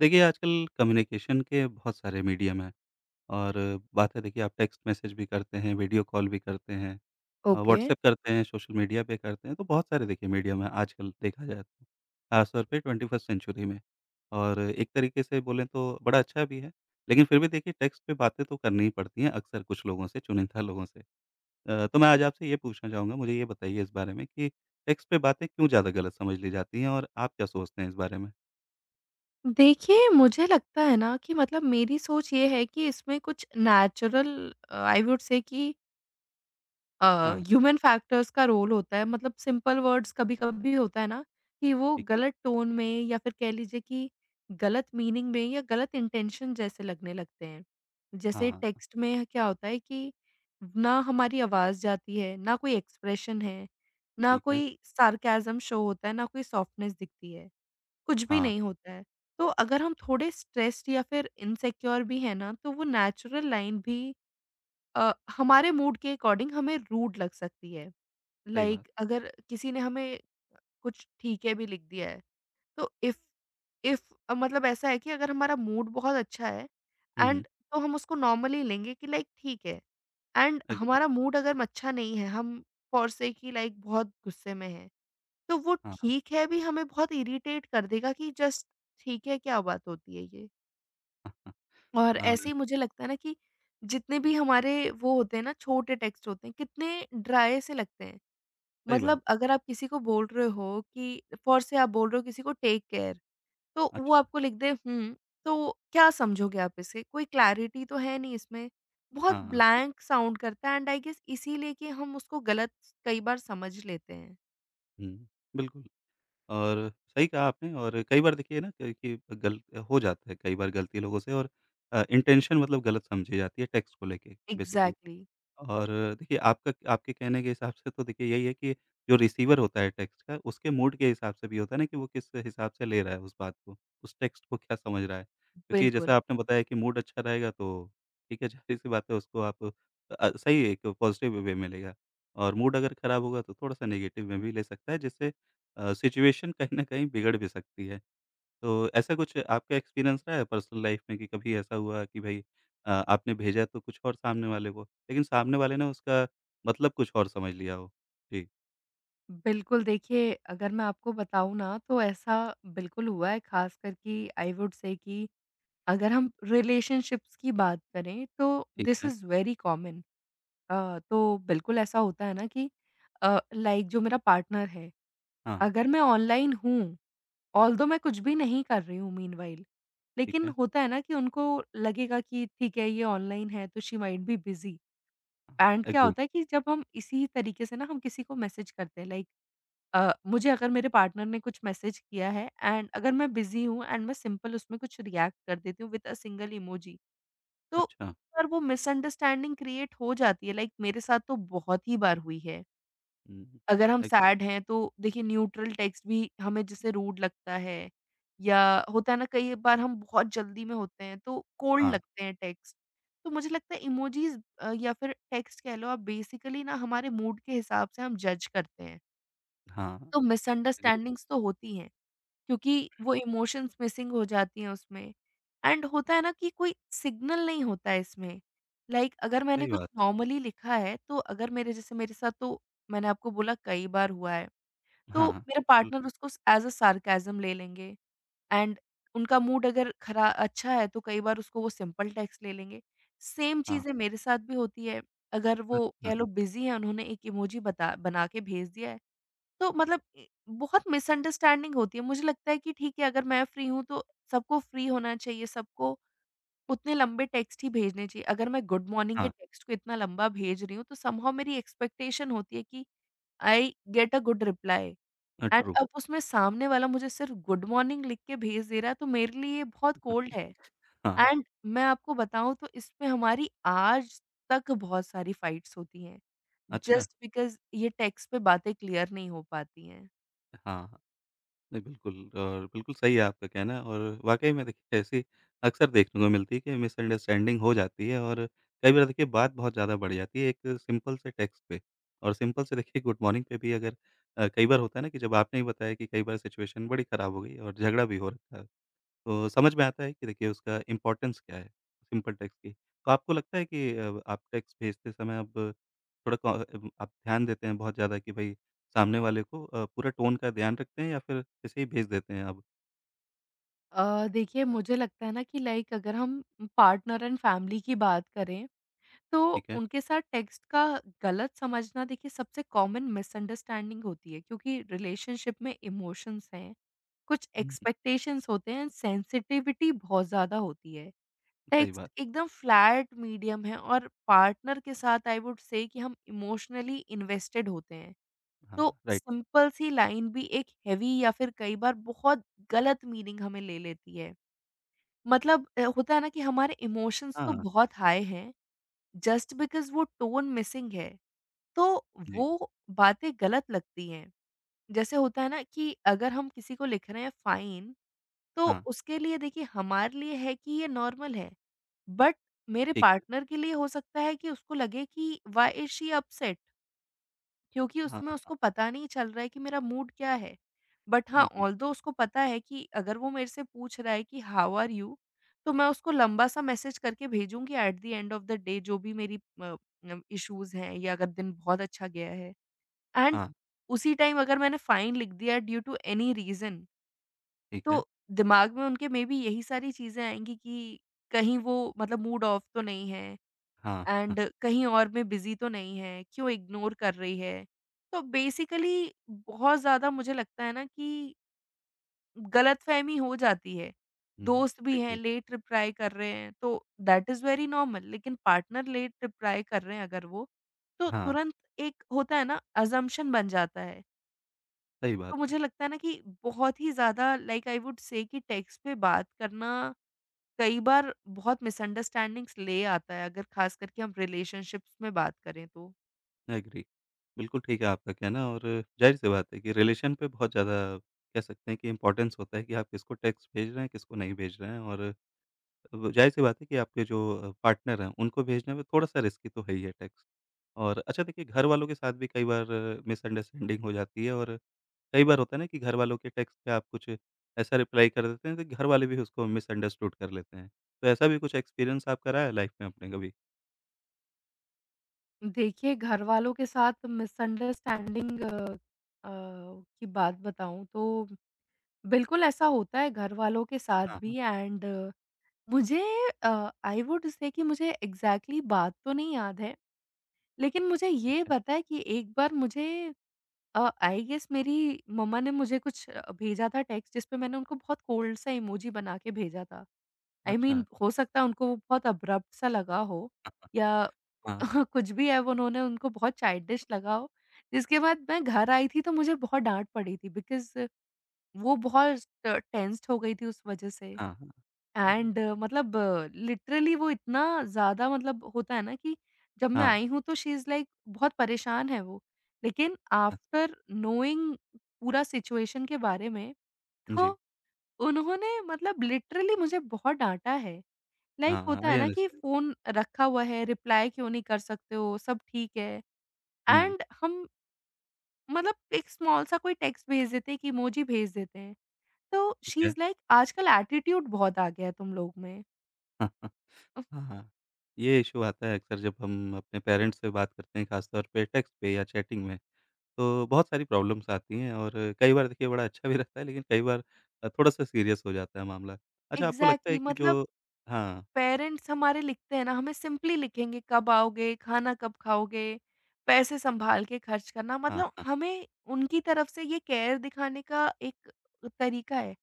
देखिए, आजकल कम्युनिकेशन के बहुत सारे मीडियम हैं और बात है देखिए आप टेक्स्ट मैसेज भी करते हैं, वीडियो कॉल भी करते हैं ओके। व्हाट्सएप करते हैं, सोशल मीडिया पे करते हैं, तो बहुत सारे देखिए मीडियम हैं आजकल देखा जाए तो। ख़ासतौर पे 21st सेंचुरी में और एक तरीके से बोलें तो बड़ा अच्छा भी है, लेकिन फिर भी देखिए टेक्स्ट पे बातें तो करनी ही पड़ती हैं अक्सर कुछ लोगों से, चुनिंदा लोगों से। तो मैं आज आपसे ये पूछना चाहूँगा, मुझे ये बताइए इस बारे में कि टेक्स्ट पे बातें क्यों ज़्यादा गलत समझ ली जाती हैं और आप क्या सोचते हैं इस बारे में? देखिए, मुझे लगता है ना कि मतलब मेरी सोच ये है कि इसमें कुछ नेचुरल आई वुड से कि अ, हाँ, ह्यूमन फैक्टर्स का रोल होता है। मतलब सिंपल वर्ड्स कभी-कभी होता है ना कि वो ठीक है। गलत टोन में या फिर कह लीजिए कि गलत मीनिंग में या गलत इंटेंशन जैसे लगने लगते हैं। जैसे हाँ, टेक्स्ट में क्या होता है कि ना हमारी आवाज़ जाती है, ना कोई एक्सप्रेशन है, ना ठीक है। कोई सार्कैज़्म शो होता है, ना कोई सॉफ्टनेस दिखती है। कुछ भी हाँ, नहीं होता है। तो अगर हम थोड़े स्ट्रेस्ड या फिर इनसिक्योर भी हैं ना, तो वो नेचुरल लाइन भी हमारे मूड के अकॉर्डिंग हमें रूड लग सकती है। सही लाइक बात। like, अगर किसी ने हमें कुछ ठीक है भी लिख दिया है, तो इफ़ इफ़ मतलब ऐसा है कि अगर हमारा मूड बहुत अच्छा है हुँ, हुँ। एंड तो हम उसको नॉर्मली लेंगे कि लाइक ठीक है। एंड एग्री हमारा मूड अगर अच्छा नहीं है, हम फॉर से कि लाइक बहुत गुस्से में हैं। तो वो हाँ, ठीक है भी हमें बहुत इरिटेट कर देगा कि जस्ट ठीक है, क्या बात होती है ये? और हाँ, ऐसे ही मुझे लगता है ना कि जितने भी हमारे वो होते हैं ना छोटे टेक्स्ट होते हैं, कितने ड्राई से लगते हैं। सही बात। मतलब अगर आप किसी को बोल रहे हो कि फ़ॉर से आप बोल रहे हो किसी को टेक केयर, तो अच्छा, वो आपको लिख दे हुँ, तो क्या समझोगे आप इसे? कोई क्लैरिटी तो है नहीं इसमें। बहुत हाँ, हाँ, ब्लैंक साउंड करता है एंड आई गेस इसीलिए कि हम उसको गलत कई बार समझ लेते हैं। हुँ। बिल्कुल और सही कहा आपने और कई बार देखिए ना कि गल हो जाता है कई बार गलती लोगों से और इंटेंशन मतलब गलत समझी जाती है टेक्स्ट को लेके बेसिकली। एग्ज़ैक्टली, और देखिए आपका आपके कहने के हिसाब से तो देखिए यही है कि जो रिसीवर होता है टेक्स्ट का उसके मूड के हिसाब से भी होता है ना कि वो किस हिसाब से ले रहा है उस बात को, उस टेक्स्ट को क्या समझ रहा है। क्योंकि जैसा बिल्कुल। आपने बताया कि मूड अच्छा रहेगा तो ठीक है ज़ाहिर-सी बात है उसको आप सही एक पॉज़िटिव वे में लेगा और मूड अगर ख़राब होगा तो थोड़ा-सा नेगेटिव में भी ले सकता है जिससे सिचुएशन कहीं न कहीं बिगड़ भी सकती है। तो ऐसा कुछ आपका एक्सपीरियंस रहा है पर्सनल लाइफ में कि कभी ऐसा हुआ कि भाई आपने भेजा तो कुछ और सामने वाले को, लेकिन सामने वाले ने उसका मतलब कुछ और समझ लिया हो? जी, बिल्कुल, देखिए अगर मैं आपको बताऊँ ना तो ऐसा बिल्कुल हुआ है ख़ासकर कि आई वुड से कि अगर हम रिलेशनशिप्स की बात करें तो ठीक दिस है। Is very common. तो बिल्कुल ऐसा होता है ना कि लाइक जो मेरा पार्टनर है, हाँ, अगर मैं ऑनलाइन हूँ, ऑल्दो मैं कुछ भी नहीं कर रही हूँ मीनव्हाइल, ठीक लेकिन है। होता है ना कि उनको लगेगा कि ठीक है, ये ऑनलाइन है तो शी माइट बी बिज़ी। हाँ, एंड क्या एग्री। होता है कि जब हम इसी तरीके से ना हम किसी को मैसेज करते हैं लाइक मुझे अगर मेरे पार्टनर ने कुछ मैसेज किया है एंड अगर मैं बिजी हूँ एंड मैं सिंपल उसमें कुछ रिएक्ट कर देती हूँ विद अ सिंगल इमोजी, तो अच्छा। पर वो मिसअंडरस्टैंडिंग क्रिएट हो जाती है लाइक मेरे साथ तो बहुत ही बार हुई है। हुँ, अगर हम एग सैड हैं तो देखिए न्यूट्रल टेक्स्ट भी हमें जैसे रूड लगता है या होता है ना कई बार हम बहुत जल्दी में होते हैं तो कोल्ड हाँ, लगते हैं टेक्स्ट। तो मुझे लगता है इमोजीज या फिर टेक्स्ट कह लो आप बेसिकली ना हमारे मूड के हिसाब से हम जज करते हैं। हाँ, तो एग्री। मिसअंडरस्टैंडिंग्स तो होती हैं क्योंकि वो इमोशंस मिसिंग हो जाती हैं उसमें। एंड होता है ना कि कोई सिग्नल नहीं होता है इसमें। लाइक, अगर मैंने सही कुछ बात है। नॉर्मली लिखा है, तो अगर मेरे जैसे मेरे साथ तो मैंने आपको बोला कई बार हुआ है, तो हाँ, मेरा बिल्कुल। पार्टनर उसको एज़ अ सार्कैज़्म ले लेंगे। एंड उनका मूड अगर खरा अच्छा है तो कई बार उसको वो सिंपल टेक्स्ट ले लेंगे। सेम हाँ, चीज़ें मेरे साथ भी होती है। अगर वो अच्छा। कह लो बिज़ी हैं, उन्होंने एक इमोजी बता बना के भेज दिया है, तो मतलब ए बहुत मिसअंडरस्टैंडिंग होती है। मुझे लगता है कि ठीक है अगर मैं फ्री हूँ तो सबको फ्री होना चाहिए, सबको उतने लंबे टेक्स्ट ही भेजने चाहिए। अगर मैं गुड मॉर्निंग के हाँ, टेक्स्ट को इतना लंबा भेज रही हूँ तो समहाउ मेरी एक्सपेक्टेशन होती है कि I get a good reply. And true. अब उसमें सामने वाला मुझे सिर्फ़ गुड मॉर्निंग लिख के भेज दे रहा है तो मेरे लिए ये बहुत कोल्ड है। हाँ, true, हाँ, एंड मैं आपको बताऊँ तो इसमें हमारी आज तक बहुत सारी फाइट्स होती हैं। अच्छा। जस्ट बिकॉज़ ये टेक्स्ट पे बातें क्लियर नहीं हो पाती हैं। हाँ। नहीं, बिल्कुल और बिल्कुल सही है आपका कहना और वाक़ई में देखिए ऐसी अक्सर देखने को मिलती है कि मिसअंडरस्टैंडिंग हो जाती है और कई बार देखिए बात बहुत ज़्यादा बढ़ जाती है एक सिंपल से टेक्स्ट पे और सिंपल से देखिए गुड मॉर्निंग पे भी अगर कई बार होता है ना कि जब आपने ही बताया कि कई बार सिचुएशन बड़ी ख़राब हो गई और झगड़ा भी हो रखा है। तो समझ में आता है कि देखिए उसका इम्पोर्टेंस क्या है, सिंपल टेक्स्ट की। तो आपको लगता है कि आप टेक्स्ट भेजते समय अब थोड़ा कॉ आप ध्यान देते हैं बहुत ज़्यादा कि भई सामने वाले को पूरा टोन का ध्यान रखते हैं या फिर ऐसे ही भेज देते हैं आप? देखिए मुझे लगता है ना कि लाइक अगर हम पार्टनर एंड फैमिली की बात करें, तो ठीक है। उनके साथ टेक्स्ट का गलत समझना देखिए सबसे कॉमन मिसअंडरस्टैंडिंग होती है क्योंकि रिलेशनशिप में इमोशंस हैं, कुछ हुँ, एक्सपेक्टेशंस होते हैं, सेंसिटिविटी बहुत ज़्यादा होती है। सही टेक्स्ट बात। एकदम फ्लैट मीडियम है और पार्टनर के साथ आई वुड से कि हम इमोशनली इन्वेस्टेड होते हैं। हाँ, तो राइट। सिंपल सी लाइन भी एक हेवी या फिर कई बार बहुत गलत मीनिंग हमें ले लेती है। मतलब होता है ना कि हमारे इमोशंस हाँ, तो हाँ, बहुत हाई हैं, जस्ट बिकॉज़ वो टोन मिसिंग है, तो जी। वो बातें गलत लगती हैं। जैसे होता है ना कि अगर हम किसी को लिख रहे हैं फ़ाइन, तो हाँ, उसके लिए देखिए हमारे लिए है कि ये नॉर्मल है, बट मेरे ठीक है। पार्टनर के लिए हो सकता है कि उसको लगे कि व्हाई इज़ शी अपसेट? क्योंकि हाँ, उसमें उसको पता नहीं चल रहा है कि मेरा मूड क्या है। बट हुँ, हाँ, बिल्कुल। ऑल्दो उसको पता है कि अगर वो मेरे से पूछ रहा है कि हाउ आर यू? तो मैं उसको लंबा-सा मैसेज करके भेजूँगी at the end of the day जो भी मेरी अ, न इश्यूज़ हैं या अगर दिन बहुत अच्छा गया है। एंड हाँ, उसी टाइम अगर मैंने फाइन लिख दिया ड्यू टू एनी रीज़न, ठीक है। तो दिमाग में उनके मेबी यही सारी चीज़ें आएँगी कि कहीं वो मतलब मूड ऑफ तो नहीं है। हाँ, एंड कहीं और में बिज़ी तो नहीं है, क्यों इग्नोर कर रही है? तो बेसिकली बहुत ज़्यादा मुझे लगता है ना कि गलतफ़हमी हो जाती है। हुँ, दोस्त भी हैं, एग्री। लेट रिप्लाई कर रहे हैं, तो दैट इज़ वेरी नॉर्मल लेकिन पार्टनर लेट रिप्लाई कर रहे हैं अगर वो, तो हाँ, तुरंत एक होता है ना असम्पशन बन जाता है। सही बात तो है। मुझे लगता है ना कि बहुत ही ज़्यादा लाइक आई वुड से कि टेक्स्ट पे बात करना कई बार बहुत मिसअंडरस्टैंडिंग्स ले आता है, अगर ख़ास करके हम रिलेशनशिप्स में बात करें तो। एग्री। बिल्कुल ठीक है आपका कहना और ज़ाहिर-सी बात है कि रिलेशन पे बहुत ज़्यादा कह सकते हैं कि इम्पोर्टेंस होता है कि आप किसको टेक्स्ट भेज रहे हैं, किसको नहीं भेज रहे हैं और अब ज़ाहिर-सी बात है कि आपके जो पार्टनर हैं, उनको भेजने में थोड़ा-सा रिस्की तो है ही है टेक्स्ट। और अच्छा देखिए घर वालों के साथ भी कई बार मिसअंडरस्टैंडिंग हो जाती है और कई बार होता है ना कि घर वालों के टेक्स्ट पे आप कुछ ऐसा रिप्लाई कर देते हैं, तो घर वाले भी उसको मिसअंडरस्टूड कर लेते हैं। तो ऐसा भी कुछ एक्सपीरियंस आपका रहा है लाइफ़ में अपने कभी? देखिए, घर वालों के साथ मिसअंडरस्टैंडिंग अ, की बात बताऊँ तो बिल्कुल ऐसा होता है घर वालों के साथ हाँ, हाँ, भी। एंड मुझे आई वुड से कि मुझे एग्ज़ैक्टली बात तो नहीं याद है, लेकिन मुझे ठीक ये है। पता है कि एक बार मुझे आई गेस मेरी मम्मा ने मुझे कुछ भेजा था टेक्स्ट जिसपे मैंने उनको बहुत कोल्ड-सा इमोजी बना के भेजा था। आई मीन अच्छा। हो सकता है उनको वो बहुत अब्रप्ट सा लगा हो या हाँ, हाँ, कुछ भी है वो उन्होंने उनको बहुत चाइल्डिश लगा हो, जिसके बाद मैं घर आई थी तो मुझे बहुत डाँट पड़ी थी बिकॉज़ वो बहुत ट टेंस्ड हो गई थी उस वज़ह से। हाँ। जी, एंड मतलब लिटरली वो इतना ज़्यादा मतलब होता है ना कि जब मैं हाँ, आई हूँ तो शी इज़ लाइक बहुत परेशान है वो। लेकिन हाँ, आफ्टर नोइंग पूरा सिचुएशन के बारे में, जी, तो उन्होंने मतलब लिटरली मुझे बहुत डाँटा है। हाँ, लाइक हाँ, होता आई है ना कि अंडरस्टैंड फ़ोन रखा हुआ है, रिप्लाई क्यों नहीं कर सकते हो, सब ठीक है। हुँ, एंड हम मतलब एक स्मॉल सा कोई टेक्स्ट भेज देते हैं, एक इमोजी भेज देते हैं। तो ठीक शी है। इज़ लाइक आजकल एटीट्यूड बहुत आ गया है तुम लोग में। हाँ, हाँ, हाँ, हाँ, ये इश्यू आता है अक्सर जब हम अपने पेरेंट्स से बात करते हैं, खासतौर पे टेक्स्ट पे या चैटिंग में, तो बहुत सारी प्रॉब्लम्स आती हैं और कई बार देखिए बड़ा अच्छा भी लगता है, लेकिन कई बार थोड़ा-सा सीरियस हो जाता है मामला। अच्छा, आपको लगता है एग्ज़ैक्टली कि मतलब जो हाँ, पेरेंट्स हमारे लिखते हैं ना, हमें सिंपली लिखेंगे कब आओगे, खाना कब खाओगे, पैसे सँभाल के खर्च करना हाँ, मतलब हाँ, हमें उनकी तरफ से ये केयर दिखाने का एक तरीका है।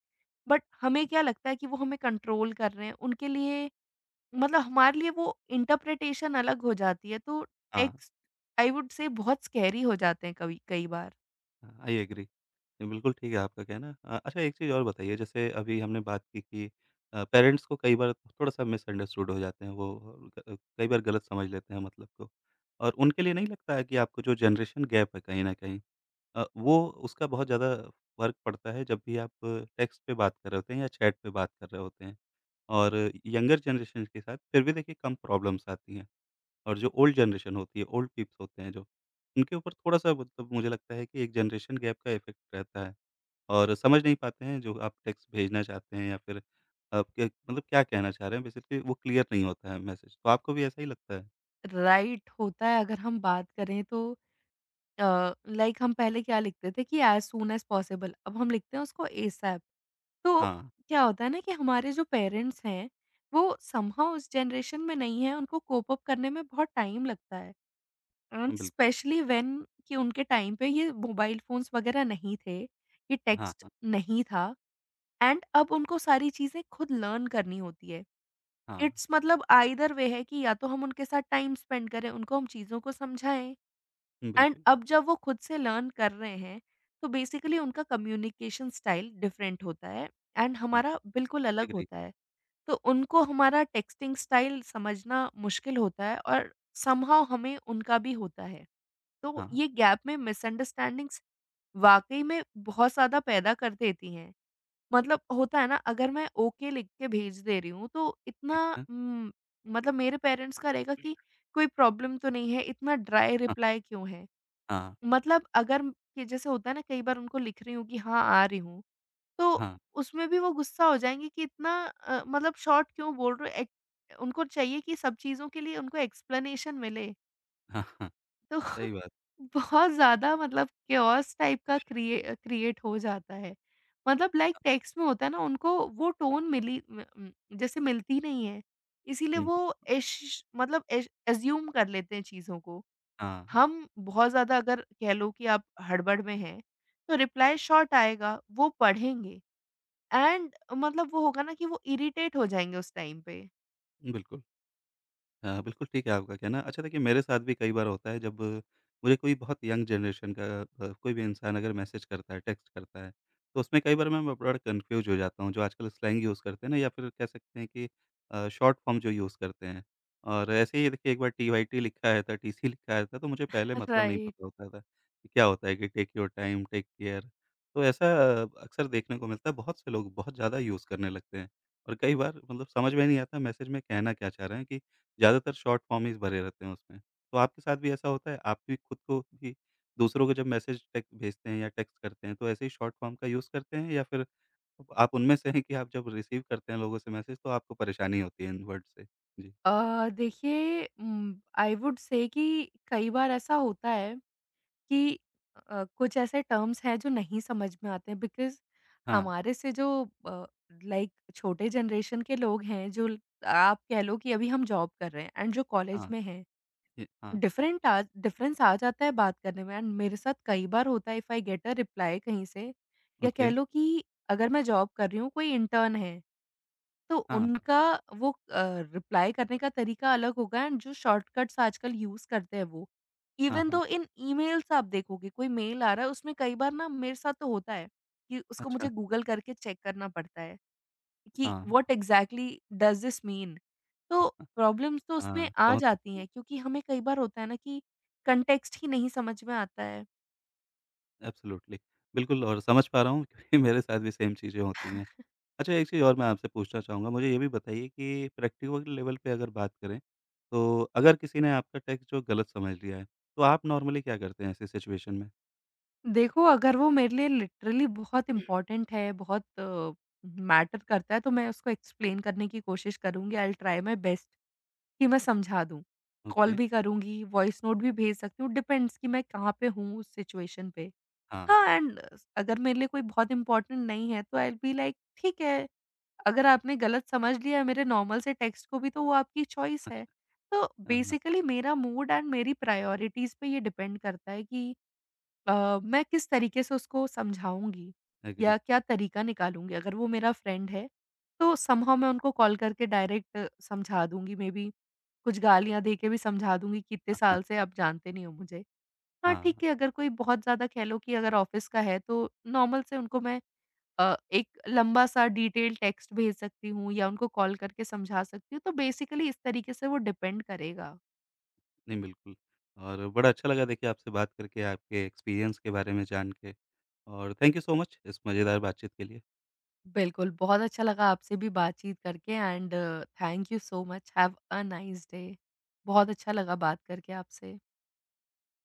बट हमें क्या लगता है कि वो हमें कंट्रोल कर रहे हैं, उनके लिए मतलब हमारे लिए वो इंटरप्रिटेशन अलग हो जाती है, तो हाँ, टेक्स्ट आई वुड से बहुत स्कैरी हो जाते हैं कभी कई बार। हाँ, आई एग्री। नहीं, बिल्कुल ठीक है आपका कहना। अच्छा एक चीज़ और बताइए जैसे अभी हमने बात की कि पेरेंट्स को कई बार थोड़ा-सा मिसअंडरस्टूड हो जाते हैं वो कई बार गलत समझ लेते हैं मतलब को। और उनके लिए नहीं लगता है कि आपको जो जनरेशन गैप है कहीं न कहीं वो उसका बहुत ज़्यादा फ़र्क पड़ता है जब भी आप टेक्स्ट पे बात कर रहे होते हैं या चैट पे बात कर रहे होते हैं। और यंगर जनरेशन के साथ फिर भी देखिए कम प्रॉब्लम्स आती हैं। और जो ओल्ड जनरेशन होती है, ओल्ड पीप्स होते हैं जो, उनके ऊपर थोड़ा-सा मतलब मुझे लगता है कि एक जनरेशन गैप का इफ़ेक्ट रहता है। और समझ नहीं पाते हैं जो आप टेक्स्ट भेजना चाहते हैं या फिर आप क्या मतलब क्या कहना चाह रहे हैं बेसिकली वो क्लियर नहीं होता है मैसेज। तो आपको भी ऐसा ही लगता है? राइट होता है अगर हम बात करें तो लाइक हम पहले क्या लिखते थे कि एज़ सून एज़ पॉसिबल, अब हम लिखते हैं उसको एसएपी। तो हाँ, क्या होता है ना कि हमारे जो पेरेंट्स हैं, वो समहाउ उस जनरेशन में नहीं है, उनको कोप अप करने में बहुत टाइम लगता है। एंड बिल्कुल। स्पेशली व्हेन कि उनके टाइम पे ये मोबाइल फ़ोन्स वगैरह नहीं थे, ये हाँ, टेक्स्ट हाँ, नहीं था। एंड अब उनको सारी चीज़ें खुद लर्न करनी होती है। हाँ, इट्स मतलब आइदर वे है कि या तो हम उनके साथ टाइम स्पेंड करें, उनको हम चीज़ों को समझाएँ एंड बिल्कुल। अब जब वो खुद से लर्न कर रहे हैं, तो बेसिकली उनका कम्युनिकेशन स्टाइल डिफरेंट होता है एंड हुँ, हमारा बिल्कुल अलग एग्री। होता है। तो उनको हमारा टेक्स्टिंग स्टाइल समझना मुश्किल होता है और समहाउ हमें उनका भी होता है। तो हाँ, ये गैप में मिसअंडरस्टैंडिंग्स वाक़ई में बहुत ज़्यादा पैदा कर देती हैं। मतलब होता है ना अगर मैं ओके लिख के भेज दे रही हूँ तो इतना ठीक है। उम, मतलब मेरे पेरेंट्स का रहेगा कि कोई प्रॉब्लम तो नहीं है, इतना ड्राई हाँ, रिप्लाई क्यों है? हाँ, मतलब अगर कि जैसे होता है ना कई बार उनको लिख रही हूँ कि हाँ, आ रही हूँ, तो हाँ, उसमें भी वो गुस्सा हो जाएँगे कि इतना मतलब शॉर्ट क्यों बोल रहे हो? एक उनको चाहिए कि सब चीज़ों के लिए उनको एक्सप्लेनेशन मिले। हाँ, हाँ, तो सही बात। बहुत ज़्यादा मतलब केओस टाइप का क्रिएट हो जाता है। मतलब लाइक टेक्स्ट में होता है ना उनको वो टोन मिली जैसे मिलती नहीं है। इसीलिए हुँ, वो एश मतलब एश एज़्यूम कर लेते हैं चीज़ों को। हाँ, हम बहुत ज़्यादा अगर कह लो कि आप हड़बड़ में हैं, तो रिप्लाई शॉर्ट आएगा, वो पढ़ेंगे एंड मतलब वो होगा ना कि वो इरिटेट हो जाएँगे उस टाइम पे। बिल्कुल। हाँ, बिल्कुल ठीक है आपका कहना। अच्छा देखिए मेरे साथ भी कई बार होता है जब मुझे कोई बहुत यंग जनरेशन का कोई भी इंसान अगर मैसेज करता है, टेक्स्ट करता है, तो उसमें कई बार मैं ब बड़ा कन्फ्यूज़ हो जाता हूँ। जो आजकल स्लैंग यूज़ करते हैं ना या फिर कह सकते हैं कि शॉर्ट फॉर्म जो यूज़ करते हैं। और ऐसे ही देखिए एक बार टीवाईटी लिखा आया था, टीसी लिखा आया था तो मुझे पहले मतलब नहीं राइट। पता होता था कि क्या होता है कि take your time, take care. तो ऐसा अक्सर देखने को मिलता है, बहुत से लोग बहुत ज़्यादा यूज़ करने लगते हैं। और कई बार मतलब समझ में नहीं आता मैसेज में कहना क्या चाह रहे हैं कि ज़्यादातर शॉर्ट फॉर्म ही भरे रहते हैं उसमें। तो आपके साथ भी ऐसा होता है? आप भी खुद को भी दूसरों को जब मैसेज टेक्स्ट भेजते हैं या टेक्स्ट करते हैं, तो ऐसे ही शॉर्ट फॉर्म का यूज़ करते हैं या फिर आप उनमें से हैं कि आप जब रिसीव करते हैं लोगों से मैसेज तो आपको परेशानी होती है इन वर्ड से? जी। देखिए आई वुड से कि कई बार ऐसा होता है कि कुछ ऐसे टर्म्स हैं जो नहीं समझ में आते हैं बिकॉज़ हाँ, हमारे से जो अ, लाइक छोटे जनरेशन के लोग हैं जो ल आप कह लो कि अभी हम जॉब कर रहे हैं एंड जो कॉलेज हाँ, में हैं, ये हाँ, डिफरेंट आज डिफरेंस आ जाता है बात करने में। एंड मेरे साथ कई बार होता है if I get a reply कहीं से या ओके। कह लो कि अगर मैं जॉब कर रही हूँ, कोई इंटर्न है तो हाँ, उनका वो रिप्लाई करने का तरीका अलग होगा एंड जो शॉर्टकट्स आजकल यूज़ करते हैं वो। हाँ, इवन हाँ। दो इन ईमेल्स आप देखोगे कोई मेल आ रहा है उसमें कई बार ना मेरे साथ तो होता है कि उसको अच्छा। मुझे गूगल करके चेक करना पड़ता है कि हाँ, हाँ, what exactly does this mean? तो हाँ, प्रॉब्लम्स तो उसमें हाँ, आ समझ जाती सकता हूँ। हैं क्योंकि हमें कई बार होता है ना कि कॉन्टेक्स्ट ही नहीं समझ में आता है। एब्सोल्युटली। बिल्कुल और समझ पा रहा हूँ क्योंकि मेरे साथ भी सेम चीज़ें होती हैं। अच्छा, एक चीज़ और मैं आपसे पूछना चाहूँगा, मुझे ये भी बताइए कि प्रैक्टिकल लेवल पे अगर बात करें, तो अगर किसी ने आपका टेक्स्ट जो गलत समझ लिया है, तो आप नॉर्मली क्या करते हैं ऐसी सिचुएशन में? देखो, अगर वो मेरे लिए लिटरली बहुत इम्पोर्टेंट है, बहुत मैटर करता है, तो मैं उसको एक्सप्लेन करने की कोशिश करूँगी, I will try my best कि मैं समझा दूँ। कॉल ओके, भी करूँगी, वॉइस नोट भी भेज सकती हूँ, डिपेंड्स कि मैं कहाँ पे हूँ उस सिचुएशन पे। हाँ, हाँ, एंड अगर मेरे लिए कोई बहुत इम्पोर्टेंट नहीं है, तो आई विल बी लाइक ठीक है, अगर आपने गलत समझ लिया मेरे नॉर्मल से टेक्स्ट को भी, तो वो आपकी चॉइस है। अच्छा, तो हाँ, बेसिकली मेरा मूड एंड मेरी प्रायोरिटीज़ पे ये डिपेंड करता है कि मैं किस तरीके से उसको समझाऊँगी एग्री, या क्या तरीका निकालूँगी? अगर वो मेरा फ्रेंड है, तो समहाउ मैं उनको कॉल करके डायरेक्ट समझा दूँगी मेबी कुछ गालियाँ दे के भी समझा दूँगी कि इतने हाँ, हाँ, साल से आप जानते नहीं हो मुझे। हाँ, हाँ, ठीक है अगर कोई बहुत ज़्यादा कह लो कि अगर ऑफ़िस का है तो नॉर्मल से उनको मैं एक लंबा-सा डिटेल टेक्स्ट भेज सकती हूँ या उनको कॉल करके समझा सकती हूँ। तो बेसिकली इस तरीके से वो डिपेंड करेगा। नहीं बिल्कुल और बड़ा अच्छा लगा देखिए आपसे बात करके, आपके एक्सपीरियंस के बारे में जान के और थैंक यू सो मच इस मज़ेदार बातचीत के लिए। बिल्कुल, बहुत अच्छा लगा आपसे भी बातचीत करके and thank you so much, have a nice day. बहुत अच्छा लगा बात करके आपसे।